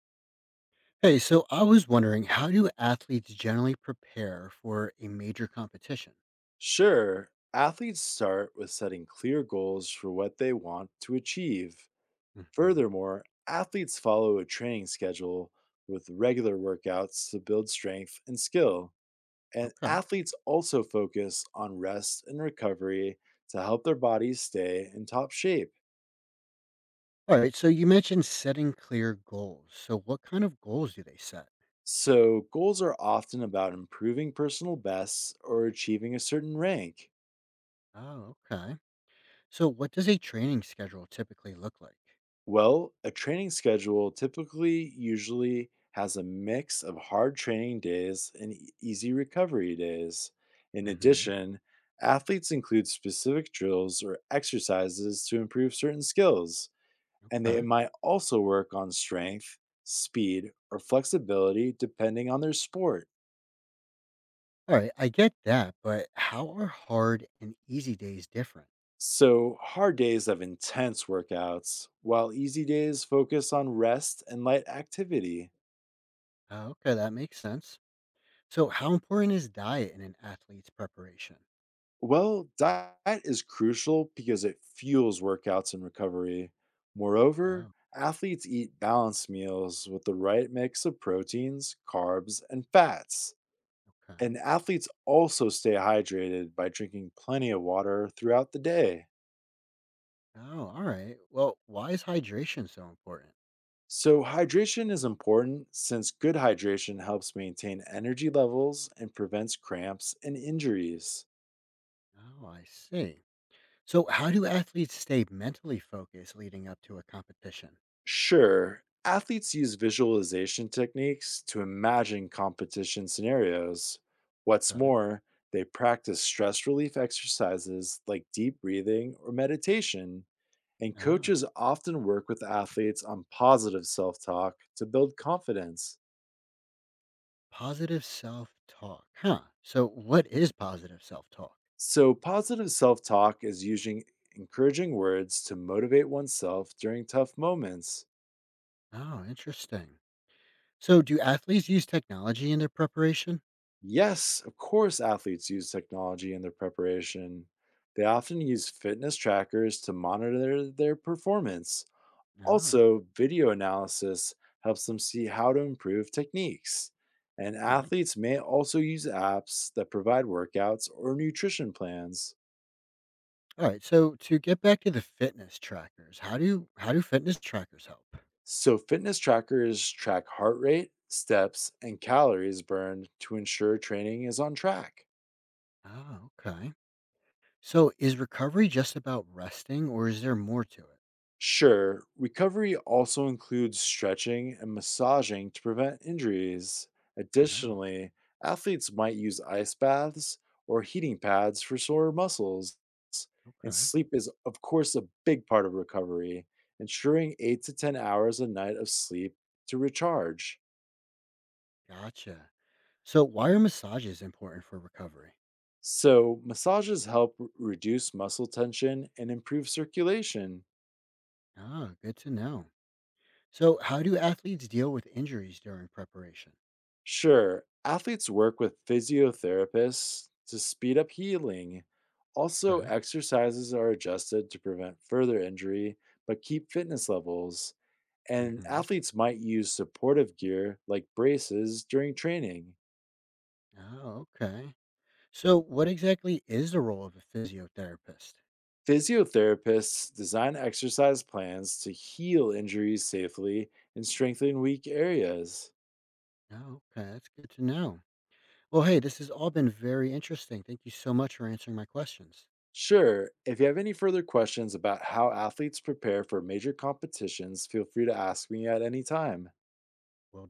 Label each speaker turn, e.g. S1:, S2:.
S1: Hey, so I was wondering, how do athletes generally prepare for a major competition?
S2: Sure, athletes start with setting clear goals for what they want to achieve.
S1: Hmm.
S2: Furthermore, athletes follow a training schedule with regular workouts to build strength and skill. And
S1: Okay.
S2: athletes also focus on rest and recovery to help their bodies stay in top shape.
S1: All right. So you mentioned setting clear goals. So what kind of goals do they set?
S2: So, goals are often about improving personal bests or achieving a certain rank.
S1: Oh, okay. So what does a training schedule typically look like?
S2: Well, a training schedule typically usually has a mix of hard training days and easy recovery days. In
S1: Hmm.
S2: addition, athletes include specific drills or exercises to improve certain skills, and they
S1: Okay.
S2: might also work on strength, speed, or flexibility depending on their sport.
S1: All right. I get that, but how are hard and easy days different?
S2: So, hard days have intense workouts, while easy days focus on rest and light activity.
S1: Oh, okay. That makes sense. So how important is diet in an athlete's preparation?
S2: Well, diet is crucial because it fuels workouts and recovery. Moreover,
S1: Oh,
S2: athletes eat balanced meals with the right mix of proteins, carbs, and fats.
S1: okay.
S2: And athletes also stay hydrated by drinking plenty of water throughout the day.
S1: Oh, all right. Well, why is hydration so important?
S2: So, hydration is important since good hydration helps maintain energy levels and prevents cramps and injuries.
S1: Oh, I see. So, how do athletes stay mentally focused leading up to a competition?
S2: Sure, athletes use visualization techniques to imagine competition scenarios. What's
S1: Okay.
S2: more, they practice stress relief exercises like deep breathing or meditation, and
S1: Oh,
S2: coaches often work with athletes on positive self talk to build confidence.
S1: positive self talk. Huh. So, what is positive self talk?
S2: So, positive self talk is using encouraging words to motivate oneself during tough moments.
S1: Oh, interesting. So, do athletes use technology in their preparation?
S2: Yes, of course, athletes use technology in their preparation. They often use fitness trackers to monitor their performance.
S1: Oh,
S2: Also, video analysis helps them see how to improve techniques. And
S1: okay.
S2: athletes may also use apps that provide workouts or nutrition plans.
S1: All right. So, to get back to the fitness trackers, how do fitness trackers help?
S2: So, fitness trackers track heart rate, steps, and calories burned to ensure training is on track.
S1: Oh, okay. So, is recovery just about resting, or is there more to it?
S2: Sure, recovery also includes stretching and massaging to prevent injuries.
S1: Oh,
S2: Additionally, athletes might use ice baths or heating pads for sore muscles. And
S1: okay.
S2: sleep is, of course, a big part of recovery, ensuring 8 to 10 hours a night of sleep to recharge.
S1: Gotcha. So, why are massages important for recovery?
S2: So, massages help reduce muscle tension and improve circulation.
S1: Ah, good to know. So, how do athletes deal with injuries during preparation?
S2: Sure, athletes work with physiotherapists to speed up healing. Also,
S1: Okay.
S2: exercises are adjusted to prevent further injury but keep fitness levels. And
S1: Mm-hmm.
S2: athletes might use supportive gear like braces during training.
S1: Oh, okay. So, what exactly is the role of a physiotherapist?
S2: Physiotherapists design exercise plans to heal injuries safely and strengthen weak areas.
S1: Oh, okay. That's good to know. Well, hey, this has all been very interesting. Thank you so much for answering my questions.
S2: Sure, if you have any further questions about how athletes prepare for major competitions, feel free to ask me at any time.
S1: Well,